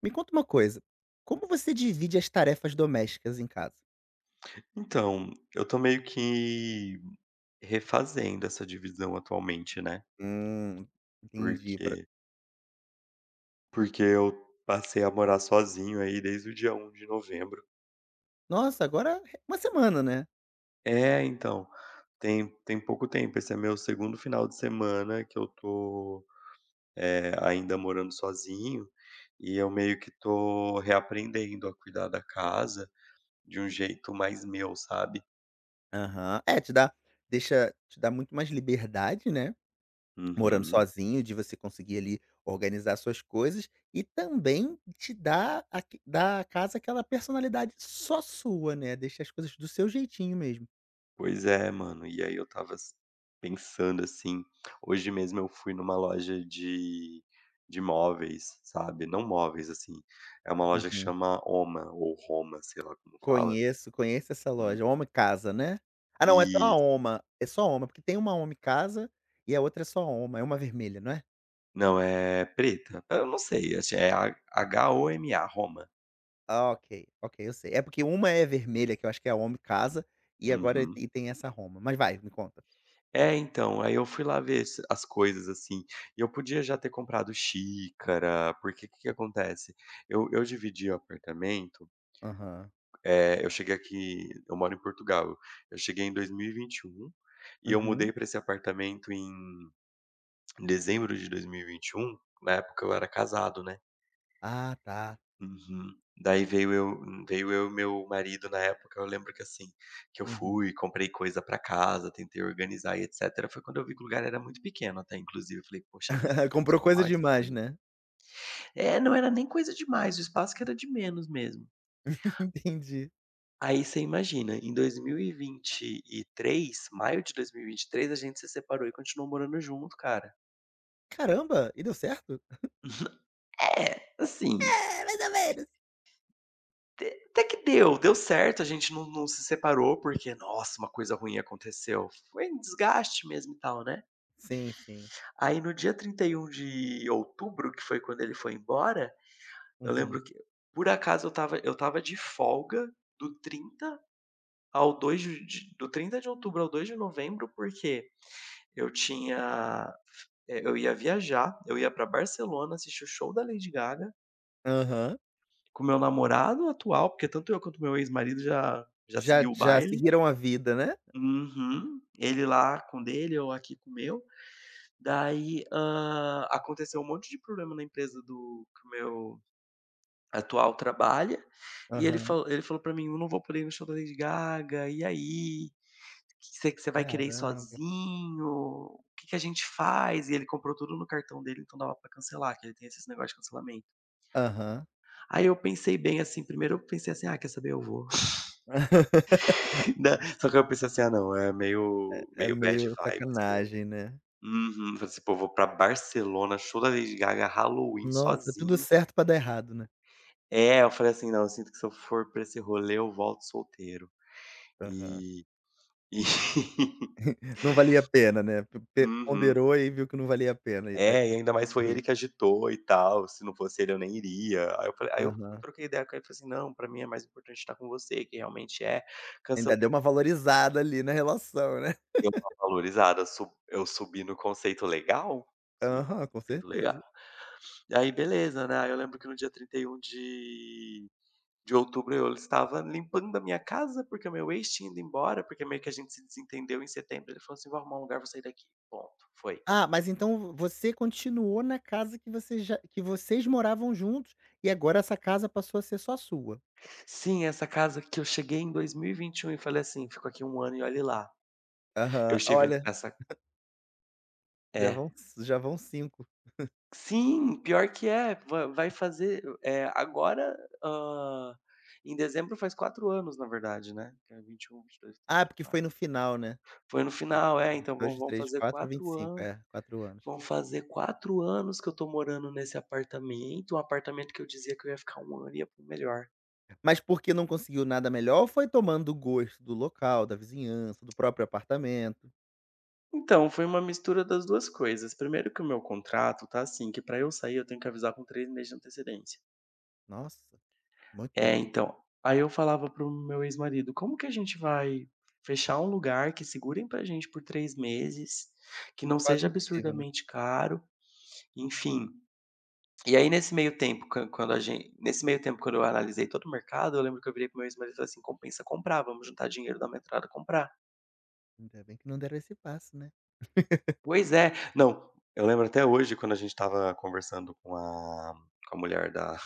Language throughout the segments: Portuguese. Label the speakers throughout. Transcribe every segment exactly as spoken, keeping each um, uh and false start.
Speaker 1: Me conta uma coisa, como você divide as tarefas domésticas em casa?
Speaker 2: Então, eu tô meio que refazendo essa divisão atualmente, né,
Speaker 1: Hum, entendi. Pra...
Speaker 2: porque porque eu passei a morar sozinho aí desde o dia um de novembro.
Speaker 1: Nossa, agora é uma semana, né?
Speaker 2: É, então, tem tem pouco tempo, esse é meu segundo final de semana que eu tô, eh, ainda morando sozinho, e eu meio que tô reaprendendo a cuidar da casa de um jeito mais meu, sabe?
Speaker 1: Aham. É, te dá, deixa, te dá muito mais liberdade, né? Morando
Speaker 2: Uhum.
Speaker 1: sozinho, de você conseguir ali organizar suas coisas e também te dá, aque- dá à casa aquela personalidade só sua, né? Deixa as coisas do seu jeitinho mesmo.
Speaker 2: Pois é, mano. E aí eu tava s pensando, assim, hoje mesmo eu fui numa loja de de móveis, sabe, não móveis, assim, é uma loja que
Speaker 1: Uhum.
Speaker 2: chama Oma ou Roma, sei lá como fala.
Speaker 1: Conheço, conheço essa
Speaker 2: Hum.
Speaker 1: loja. Homem Casa, né? Ah, não, é só
Speaker 2: E
Speaker 1: a Oma é só a Homa, porque tem uma Home Casa e a outra é só a Homa, é uma vermelha, não é?
Speaker 2: não, é preta, eu não sei, acho é H H-O-M-A, Roma.
Speaker 1: Ah, ok, ok, eu sei. É porque uma é vermelha, que eu acho que é a Home Casa, e agora
Speaker 2: Uhum.
Speaker 1: e tem essa Homa. Mas vai, me conta.
Speaker 2: É, então, aí eu fui lá ver as as coisas, assim, e eu podia já ter comprado xícara, porque o que que acontece, eu eu dividi o apartamento.
Speaker 1: Aham.
Speaker 2: Eh, eu cheguei aqui. Eu moro em Portugal. Eu cheguei em dois mil e vinte e um e vinte e um e eu
Speaker 1: Uhum.
Speaker 2: mudei para esse apartamento em dezembro de dois mil e vinte e um. Na época eu era casado, né.
Speaker 1: Ah, tá.
Speaker 2: Uhum. Daí veio eu veio eu e meu marido na época. Eu lembro que, assim, que eu
Speaker 1: Uhum.
Speaker 2: fui, comprei coisa pra casa, tentei organizar e etcétera. Foi quando eu vi que o lugar era muito pequeno até, inclusive. Eu falei: "Poxa vida, fizemos
Speaker 1: Comprou
Speaker 2: uma
Speaker 1: coisa
Speaker 2: má
Speaker 1: demais,
Speaker 2: escolha".
Speaker 1: né?
Speaker 2: É, não era nem coisa demais, o espaço que era de menos mesmo.
Speaker 1: Entendi.
Speaker 2: Aí você imagina, em dois mil e e vinte e três, maio de dois mil e e vinte e três, a gente se separou e continuou morando junto, cara.
Speaker 1: Caramba, e deu certo?
Speaker 2: É, assim,
Speaker 1: É, mais ou menos.
Speaker 2: te até que deu, deu certo, a gente não não se separou porque, nossa, uma coisa ruim aconteceu, foi um desgaste mesmo e tal, né.
Speaker 1: Sim, sim.
Speaker 2: Aí no dia trinta e um de outubro, que foi quando ele foi embora, eu
Speaker 1: Uhum.
Speaker 2: lembro que por acaso eu estava eu estava de folga do trinta ao dois de de do trinta de outubro ao dois de novembro, porque eu tinha É, eu ia viajar, eu ia pra Barcelona assistir o show da Lady Gaga,
Speaker 1: Aham.
Speaker 2: com meu namorado atual, porque tanto eu quanto meu ex-marido já já
Speaker 1: Já
Speaker 2: seguiu o
Speaker 1: já
Speaker 2: baile.
Speaker 1: seguiram a vida, né?
Speaker 2: Uhum. Ele lá com o dele, eu aqui com o meu. Daí, hã, aconteceu um monte de problema na empresa do que o meu atual trabalha, e ele
Speaker 1: Aham.
Speaker 2: falou ele falou para mim: "Eu não vou poder ir no show da Lady Gaga, e aí? Você que você vai querer ir
Speaker 1: Caramba.
Speaker 2: sozinho? O que que a gente faz?" E ele comprou tudo no cartão dele, então dava pra cancelar, que ele tem esses negócios de cancelamento.
Speaker 1: Aham.
Speaker 2: Aí eu pensei bem assim, primeiro eu pensei assim: "Ah, quer saber, eu vou". Né, só que eu pensei assim: "Ah não, é
Speaker 1: É
Speaker 2: meio
Speaker 1: é
Speaker 2: meio bad
Speaker 1: meio
Speaker 2: vibes", eu
Speaker 1: sacanagem, né.
Speaker 2: uhum, falei assim: "Pô, vou pra Barcelona, show da Lady Gaga, Halloween,
Speaker 1: Nossa, tudo
Speaker 2: sozinho".
Speaker 1: certo pra dar errado, né.
Speaker 2: É, eu falei assim: "Não, eu sinto que se eu for pra esse rolê eu volto solteiro".
Speaker 1: Aham.
Speaker 2: E e
Speaker 1: Não valia a pena, né. P pe
Speaker 2: uhum.
Speaker 1: ponderou e viu que não valia a pena e a
Speaker 2: É, e ainda
Speaker 1: esse
Speaker 2: mais foi ele que
Speaker 1: risco.
Speaker 2: agitou e tal, se não fosse ele eu nem iria. Aí eu falei aí eu
Speaker 1: Aham.
Speaker 2: troquei ideia com ele, e falei assim: "Não, pra mim é mais importante estar com você, que realmente é, cansa".
Speaker 1: Ainda deu uma valorizada ali na relação, né.
Speaker 2: Deu uma valorizada, su eu subi no conceito legal, subi
Speaker 1: Aham, com
Speaker 2: no conceito legal.
Speaker 1: certeza.
Speaker 2: E Aí beleza, né, aí eu lembro que no dia trinta e um de de outubro eu estava limpando a minha casa, porque meu ex tinha ido embora, porque meio que a gente se desentendeu em setembro, ele falou assim: "Vou arrumar um lugar, vou sair daqui", ponto, foi.
Speaker 1: Ah, mas então você continuou na casa que você já que vocês moravam juntos e agora essa casa passou a ser só sua?
Speaker 2: Sim, essa casa que eu cheguei em dois mil e vinte e e um e falei assim: "Fico aqui um ano e olhe lá". Eu
Speaker 1: Aham.
Speaker 2: estive
Speaker 1: Olha,
Speaker 2: nessa
Speaker 1: já vão
Speaker 2: é.
Speaker 1: já vão cinco.
Speaker 2: Sim, pior que é. Va Vai fazer eh, agora, hã, em dezembro faz quatro anos, na verdade, né, que é vinte e um, vinte e dois, vinte e três,
Speaker 1: Ah, porque foi
Speaker 2: vinte e quatro.
Speaker 1: no final, né.
Speaker 2: Foi no final, é, então vão
Speaker 1: Dois,
Speaker 2: vão
Speaker 1: três,
Speaker 2: fazer
Speaker 1: quatro, vinte e
Speaker 2: quatro
Speaker 1: cinco,
Speaker 2: anos
Speaker 1: É, quatro anos.
Speaker 2: vão fazer quatro anos que eu tô morando nesse apartamento, um apartamento que eu dizia que eu ia ficar um ano e ia para melhor.
Speaker 1: Mas porque não conseguiu nada melhor, foi tomando gosto do local, da vizinhança, do próprio apartamento?
Speaker 2: Então, foi uma mistura das duas coisas. Primeiro que o meu contrato tá assim, que pra eu sair eu tenho que avisar com três meses de antecedência.
Speaker 1: Nossa, muito tempo.
Speaker 2: É, então. Aí eu falava para o meu ex-marido: "Como que a gente vai fechar um lugar que segurem pra gente por três meses, que não
Speaker 1: Quase
Speaker 2: seja
Speaker 1: impossível, né.
Speaker 2: absurdamente caro, enfim". E aí nesse meio tempo, quan quando a gente, nesse meio tempo, quando eu analisei todo o mercado, eu lembro que eu virei para o meu ex-marido e falei assim: "Compensa comprar, vamos juntar dinheiro, da uma entrada e comprar".
Speaker 1: Ainda bem que não deram esse passo, né.
Speaker 2: "Pois é". Não, eu lembro até hoje quando a gente estava conversando com a com a mulher da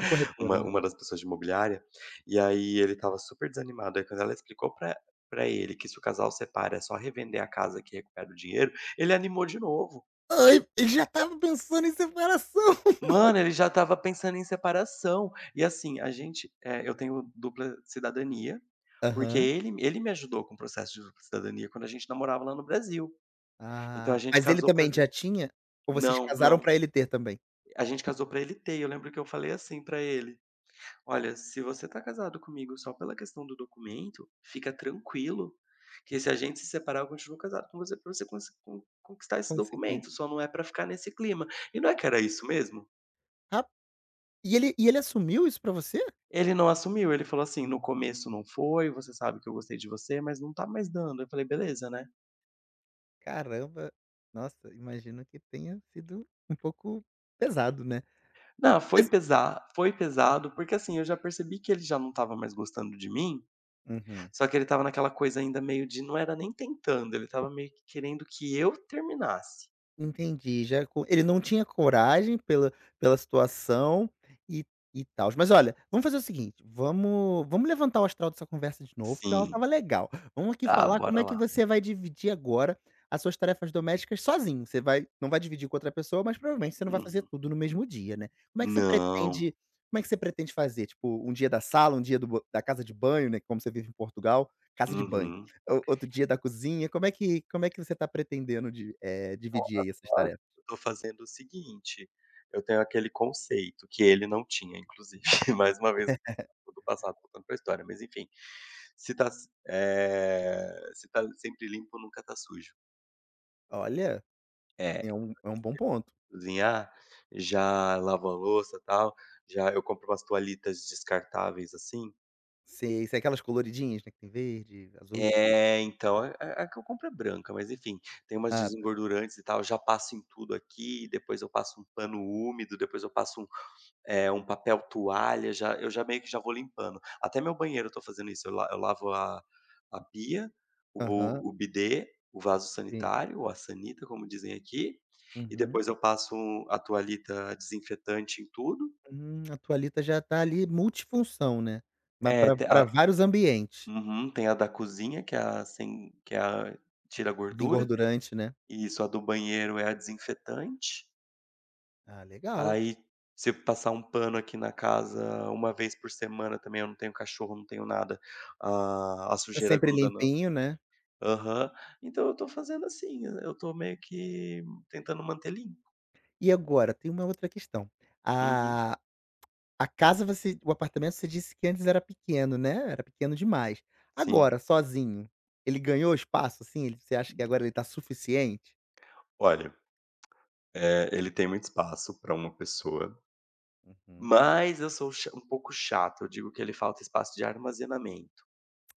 Speaker 1: A corretora,
Speaker 2: Uma
Speaker 1: né.
Speaker 2: uma das pessoas de imobiliária, e aí ele estava super desanimado, aí quando ela explicou pra pra ele que se o casal separa é só revender a casa que recupera o dinheiro, ele animou de novo.
Speaker 1: "Ai, ele já estava pensando em separação".
Speaker 2: Mano, ele já estava pensando em separação. E assim, a gente, eh, eu tenho dupla cidadania, porque
Speaker 1: Aham.
Speaker 2: ele ele me ajudou com o processo de dupla cidadania quando a gente namorava lá no Brasil. Então
Speaker 1: Ah,
Speaker 2: a gente
Speaker 1: mas ele
Speaker 2: casou pra
Speaker 1: também
Speaker 2: vir.
Speaker 1: já tinha? Ou vocês
Speaker 2: Não,
Speaker 1: casaram
Speaker 2: não,
Speaker 1: pra ele ter também?
Speaker 2: a gente casou pra ele ter, eu lembro que eu falei assim pra ele: "Olha, se você tá casado comigo só pela questão do documento, fica tranquilo que se a gente se separar, eu continuo casado com você pra você consi con conquistar esse
Speaker 1: Consegui.
Speaker 2: documento, só não é para ficar nesse clima". E não é que era isso mesmo?
Speaker 1: Ah? e ele e ele assumiu isso pra você?
Speaker 2: Ele não assumiu, ele falou assim: "No começo não foi, você sabe que eu gostei de você, mas não tá mais dando". Eu falei: "Beleza, né".
Speaker 1: Caramba. Nossa, imagino que tenha sido um pouco pesado, né.
Speaker 2: Não, foi
Speaker 1: Mas
Speaker 2: pesa foi pesado, porque assim, eu já percebi que ele já não estava mais gostando de mim,
Speaker 1: Uhum.
Speaker 2: só que ele estava naquela coisa ainda meio de não era nem tentando, ele estava meio que querendo que eu terminasse.
Speaker 1: Entendi, já co ele não tinha coragem pela pela situação e e tal. Mas olha, vamos fazer o seguinte, vamos vamos levantar o astral dessa conversa de novo, que ela
Speaker 2: Sim.
Speaker 1: estava legal. Vamos aqui
Speaker 2: Tá
Speaker 1: falar como
Speaker 2: bora
Speaker 1: é que
Speaker 2: lá.
Speaker 1: você vai dividir agora as suas tarefas domésticas sozinho. Você vai Não vai dividir com outra pessoa, mas provavelmente você não vai fazer
Speaker 2: Uhum.
Speaker 1: tudo no mesmo dia, né. Como é que você
Speaker 2: Não.
Speaker 1: pretende como é que você pretende fazer? Tipo, um dia da sala, um dia do ba da casa de banho, né, como você vive em Portugal, casa de banho.
Speaker 2: Uhum.
Speaker 1: Ou outro dia da cozinha, como é que como é que você está pretendendo de eh, dividir aí essas
Speaker 2: Olha,
Speaker 1: tarefas?
Speaker 2: eu tô fazendo o seguinte, eu tenho aquele conceito que ele não tinha inclusive, mais uma vez do passado contando pra história, mas enfim, se tá s eh, se tá sempre limpo nunca tá sujo.
Speaker 1: Olha,
Speaker 2: É,
Speaker 1: é um é um bom ponto.
Speaker 2: cozinhar, já lavo a louça, tal, já eu compro umas toalhitas descartáveis, assim.
Speaker 1: Se sei aquelas coloridinhas, né, que tem verde, azul.
Speaker 2: É, então, a a a que eu compro é branca, mas enfim, tem umas
Speaker 1: Ah, tá.
Speaker 2: desengordurantes e tal, eu já passo em tudo aqui, depois eu passo um pano úmido, depois eu passo um, eh, um papel toalha, já eu já meio que já vou limpando. Até meu banheiro eu tô fazendo isso, eu la eu lavo a a pia,
Speaker 1: Aham,
Speaker 2: o o bidê, o vaso
Speaker 1: sim.
Speaker 2: sanitário, ou a sanita, como dizem aqui, e
Speaker 1: Uhum.
Speaker 2: depois eu passo um, a toalhita desinfetante em tudo.
Speaker 1: Hum, a toalhita já tá ali multifunção, né, mas
Speaker 2: É,
Speaker 1: para
Speaker 2: te
Speaker 1: pra
Speaker 2: a
Speaker 1: vários ambientes.
Speaker 2: uhum, tem a da cozinha que é a sem que é a tira gordura.
Speaker 1: Desengordurante, né.
Speaker 2: Isso, a do banheiro é a desinfetante,
Speaker 1: Ah, legal.
Speaker 2: aí se eu passar um pano aqui na casa uma vez por semana também, eu não tenho cachorro, não tenho nada, a a
Speaker 1: Tá
Speaker 2: sujeira
Speaker 1: sempre
Speaker 2: gruda na.
Speaker 1: limpinho, né.
Speaker 2: Aham. Então eu tô fazendo assim, eh, eu tô meio que tentando manter limpo.
Speaker 1: E agora, tem uma outra questão.
Speaker 2: Uhum,
Speaker 1: A A casa você O apartamento você disse que antes era pequeno, né, era pequeno demais.
Speaker 2: sim.
Speaker 1: Agora, sozinho, ele ganhou espaço, assim, ele você acha que agora ele tá suficiente?
Speaker 2: Olha, eh, ele tem muito espaço para uma pessoa,
Speaker 1: Uhum.
Speaker 2: mas eu sou cha um pouco chato, eu digo que ele falta espaço de armazenamento.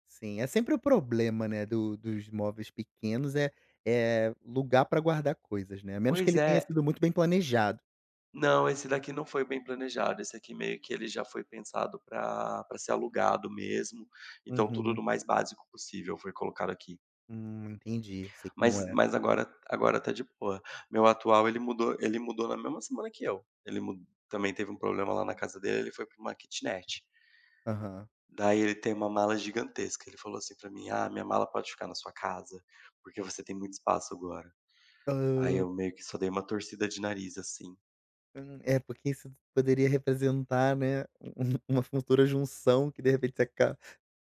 Speaker 1: Sim, é sempre o problema, né, do dos móveis pequenos é é lugar para guardar coisas, né, a menos que
Speaker 2: Pois
Speaker 1: ele tenha
Speaker 2: é.
Speaker 1: sido muito bem planejado.
Speaker 2: Não, esse daqui não foi bem planejado, esse aqui meio que ele já foi pensado para para ser alugado mesmo, então tudo
Speaker 1: Uhum.
Speaker 2: do mais básico possível foi colocado aqui.
Speaker 1: Hum, entendi, sei como
Speaker 2: Mas
Speaker 1: é.
Speaker 2: mas agora agora tá de boa. Meu atual ele mudou ele mudou na mesma semana que eu. Ele mu também teve um problema lá na casa dele, ele foi para uma kitnet.
Speaker 1: Aham.
Speaker 2: Daí ele tem uma mala gigantesca, ele falou assim para mim: "Ah, minha mala pode ficar na sua casa, porque você tem muito espaço agora". Aí eu meio que só dei uma torcida de nariz assim.
Speaker 1: Hum, é, porque isso poderia representar, né, um uma futura junção que de repente você aca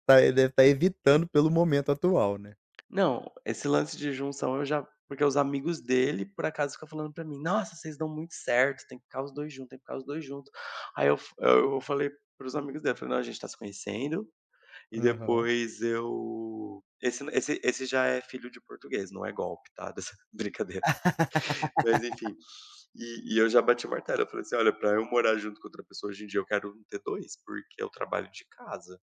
Speaker 1: tá eh, deve estar evitando pelo momento atual, né.
Speaker 2: Não, esse lance de junção eu já. Porque os amigos dele, por acaso, ficam falando pra mim: "Nossa, vocês dão muito certo, tem que ficar os dois junto, tem que ficar os dois junto". Aí eu f eu falei para os amigos dele, eu falei: "Não, a gente tá se conhecendo e
Speaker 1: Aham.
Speaker 2: depois eu", esse esse esse já é filho de português, não é golpe, tá, dessa brincadeira. Mas enfim, e e eu já bati o martelo, eu falei assim: "Olha, pra eu morar junto com outra pessoa hoje em dia eu quero um tê dois porque eu trabalho de casa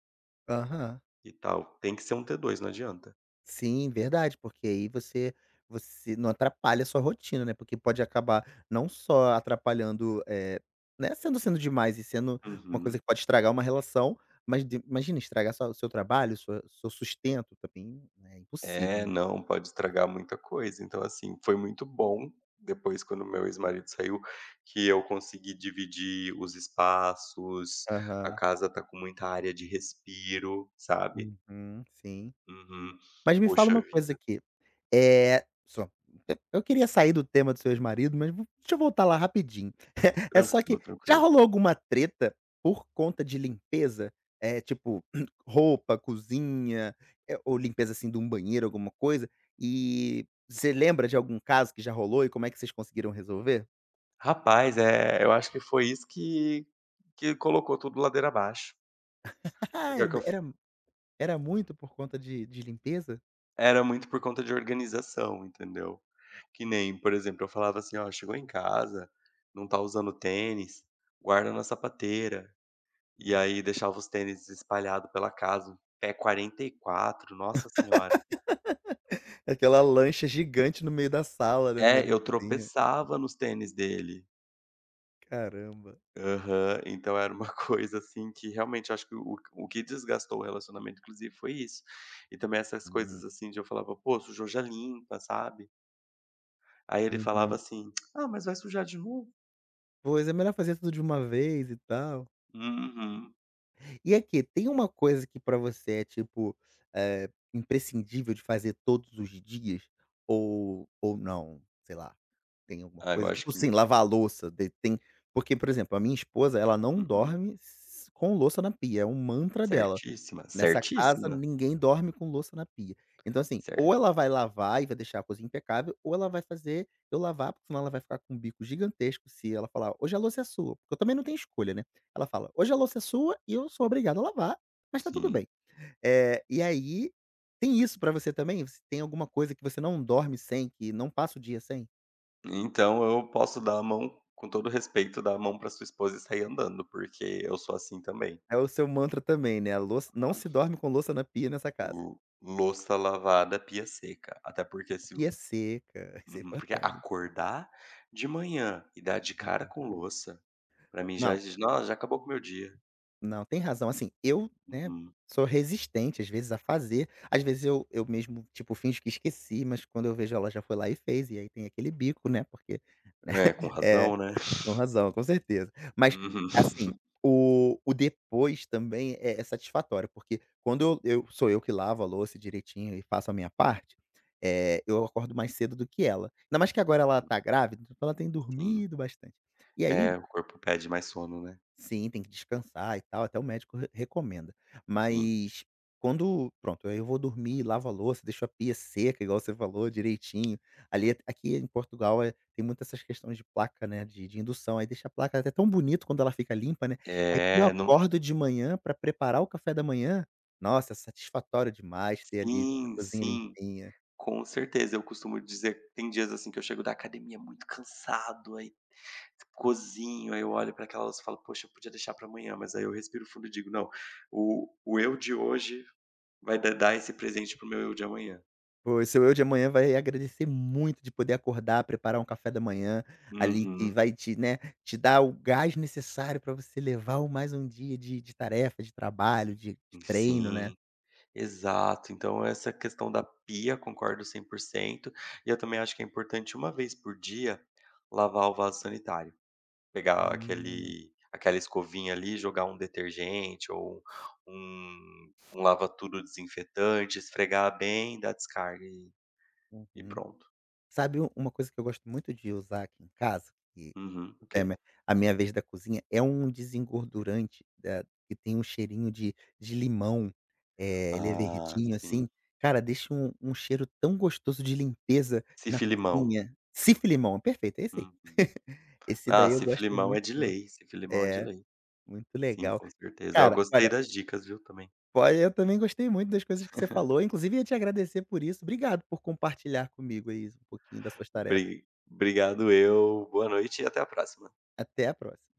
Speaker 1: Aham.
Speaker 2: e tal, tem que ser um t dois, não adianta".
Speaker 1: Sim, verdade, porque aí você você não atrapalha a sua rotina, né, porque pode acabar não só atrapalhando, eh, né, sendo sendo demais e sendo uma coisa
Speaker 2: Uhum.
Speaker 1: que pode estragar uma relação, mas de imagina estragar sua o seu trabalho, sua seu sustento também, né. É impossível,
Speaker 2: É,
Speaker 1: né.
Speaker 2: não, pode estragar muita coisa. Então, assim, foi muito bom, depois quando meu ex-marido saiu, que eu consegui dividir os espaços, a
Speaker 1: Aham.
Speaker 2: casa tá com muita área de respiro, sabe.
Speaker 1: Uhum, sim.
Speaker 2: Uhum.
Speaker 1: Mas me fala
Speaker 2: Poxa
Speaker 1: uma coisa
Speaker 2: vida.
Speaker 1: aqui, é só eu eu queria sair do tema do seu ex-marido, mas vo deixa eu voltar lá rapidinho. É só que
Speaker 2: Tranquilo,
Speaker 1: já
Speaker 2: tranquilo.
Speaker 1: rolou alguma treta por conta de limpeza? É tipo, roupa, cozinha, eh, ou limpeza, assim, de um banheiro, alguma coisa, e você lembra de algum caso que já rolou e como é que vocês conseguiram resolver?
Speaker 2: Rapaz, é. Eu acho que foi isso que que colocou tudo ladeira abaixo,
Speaker 1: Ah,
Speaker 2: porque é o
Speaker 1: Era
Speaker 2: que eu f
Speaker 1: era era muito por conta de de limpeza?
Speaker 2: era muito por conta de organização, entendeu. Que nem, por exemplo, eu falava assim: "Ó, chegou em casa, não tá usando tênis, guarda na sapateira". E
Speaker 1: Nossa.
Speaker 2: aí deixava os tênis espalhados pela casa, um pé quarenta e quatro nossa senhora.
Speaker 1: Aquela lancha gigante no meio da sala, né, no meio
Speaker 2: É,
Speaker 1: da
Speaker 2: eu
Speaker 1: cozinha.
Speaker 2: tropeçava nos tênis dele.
Speaker 1: Caramba.
Speaker 2: Aham. Então era uma coisa, assim, que realmente eu acho que o o que desgastou o relacionamento, inclusive, foi isso. E também essas
Speaker 1: Uhum.
Speaker 2: coisas, assim, de eu falava: "Pô, sujou, já limpa", sabe. Aí ele falava
Speaker 1: Uhum.
Speaker 2: assim: "Ah, mas vai sujar de novo?".
Speaker 1: Pois, é melhor fazer tudo de uma vez e tal.
Speaker 2: Uhum.
Speaker 1: E aqui, tem uma coisa que pra você é, tipo, eh, imprescindível de fazer todos os dias? Ou ou não? Sei lá, tem alguma
Speaker 2: Ah, eu
Speaker 1: coisa?
Speaker 2: acho
Speaker 1: Tipo
Speaker 2: que.
Speaker 1: assim, lavar a louça, de tem porque, por exemplo, a minha esposa, ela não
Speaker 2: Uhum.
Speaker 1: dorme s com louça na pia, é um mantra dela.
Speaker 2: Certíssima,
Speaker 1: Nessa casa
Speaker 2: certíssima,
Speaker 1: ninguém dorme com louça na pia. Então assim, ou
Speaker 2: certo,
Speaker 1: ela vai lavar e vai deixar a coisa impecável, ou ela vai fazer eu lavar, porque senão ela vai ficar com um bico gigantesco se ela falar: "Hoje a louça é sua", porque eu também não tenho escolha, né. Ela fala: "Hoje a louça é sua e eu sou obrigado a lavar, mas tá tudo
Speaker 2: sim.
Speaker 1: bem". Eh, e aí, tem isso pra você também? Você tem alguma coisa que você não dorme sem, que não passa o dia sem?
Speaker 2: Então eu posso dar a mão com todo respeito, dar a mão para sua esposa e sair andando, porque eu sou assim também.
Speaker 1: É o seu mantra também, né, a louça, não se dorme com louça na pia nessa casa.
Speaker 2: Lu louça lavada, pia seca. Até porque
Speaker 1: A
Speaker 2: se
Speaker 1: pia é seca, isso é
Speaker 2: uhum, porque
Speaker 1: importante.
Speaker 2: acordar de manhã e dar de cara
Speaker 1: Aham.
Speaker 2: com louça, pra mim já
Speaker 1: Não,
Speaker 2: diz: "Nossa, já acabou com o meu dia".
Speaker 1: não, tem razão. Assim, eu, né,
Speaker 2: Uhum.
Speaker 1: sou resistente às vezes a fazer. Às vezes eu eu mesmo, tipo, finjo que esqueci, mas quando eu vejo ela já foi lá e fez, e aí tem aquele bico, né, porque, né,
Speaker 2: É, com
Speaker 1: é,
Speaker 2: razão, né.
Speaker 1: com razão, com certeza. Mas,
Speaker 2: Uhum.
Speaker 1: assim, o o depois também é é satisfatório, porque quando eu eu sou eu que lavo a louça direitinho e faço a minha parte, eh, eu acordo mais cedo do que ela. Ainda mais que agora ela tá grávida, então ela tem
Speaker 2: Sim.
Speaker 1: dormido bastante. E aí.
Speaker 2: É, o corpo pede mais sono, né.
Speaker 1: Sim, tem que descansar e tal, até o médico re recomenda.
Speaker 2: Sim.
Speaker 1: Mas quando pronto, aí eu vou dormir, lavo a louça, deixo a pia seca, igual você falou, direitinho. Ali aqui em Portugal, eh, tem muitas essas questões de placa, né, de de indução, aí deixa a placa até tão bonito quando ela fica limpa, né. Aí quando eu
Speaker 2: É, não.
Speaker 1: acordo de manhã para preparar o café da manhã, nossa, é satisfatório demais ter ali a
Speaker 2: Sim,
Speaker 1: cozinha
Speaker 2: sim.
Speaker 1: limpinha.
Speaker 2: Com certeza, eu costumo dizer tem dias, assim, que eu chego da academia muito cansado, aí cozinho, aí eu olho para aquela louça e falo: "Poxa, eu podia deixar para amanhã", mas aí eu respiro fundo e digo: "Não, o o eu de hoje vai da dar esse presente pro meu eu de amanhã".
Speaker 1: Pois, seu eu de amanhã vai agradecer muito de poder acordar, preparar um café da manhã, ali, que
Speaker 2: Uhum.
Speaker 1: vai te né, te dar o gás necessário para você levar o mais um dia de de tarefa, de trabalho, de de treino, né.
Speaker 2: Sim, exato. Então essa questão da pia, concordo cem por cento e eu também acho que é importante uma vez por dia lavar o vaso sanitário. Pegar
Speaker 1: Hum,
Speaker 2: aquele aquela escovinha ali, jogar um detergente ou um um lava tudo desinfetante, esfregar bem, dar descarga e e
Speaker 1: uhum.
Speaker 2: pronto.
Speaker 1: Sabe u uma coisa que eu gosto muito de usar aqui em casa,
Speaker 2: Uhum. O quê?
Speaker 1: Temer. A minha vez da cozinha é um desengordurante da que tem um cheirinho de de limão, eh, ele é
Speaker 2: Ah,
Speaker 1: verdinho, assim.
Speaker 2: sim.
Speaker 1: Cara, deixa um um cheiro tão gostoso de limpeza na
Speaker 2: Cifilimão.
Speaker 1: cozinha. Cif-limão, perfeito, é esse aí.
Speaker 2: Uhum.
Speaker 1: Esse
Speaker 2: Ah,
Speaker 1: daí eu gosto
Speaker 2: Cifilimão é
Speaker 1: muito.
Speaker 2: de
Speaker 1: Mano.
Speaker 2: lei, Cifilimão é de
Speaker 1: É,
Speaker 2: lei.
Speaker 1: muito
Speaker 2: Sim,
Speaker 1: legal.
Speaker 2: com certeza. Eu
Speaker 1: Cara,
Speaker 2: gostei
Speaker 1: olha,
Speaker 2: das dicas, viu, também.
Speaker 1: olha, eu também gostei muito das coisas que você falou, inclusive ia te agradecer por isso. Obrigado por compartilhar comigo aí um pouquinho das suas tarefas.
Speaker 2: Bri obrigado eu, boa noite e até a próxima.
Speaker 1: Até a próxima.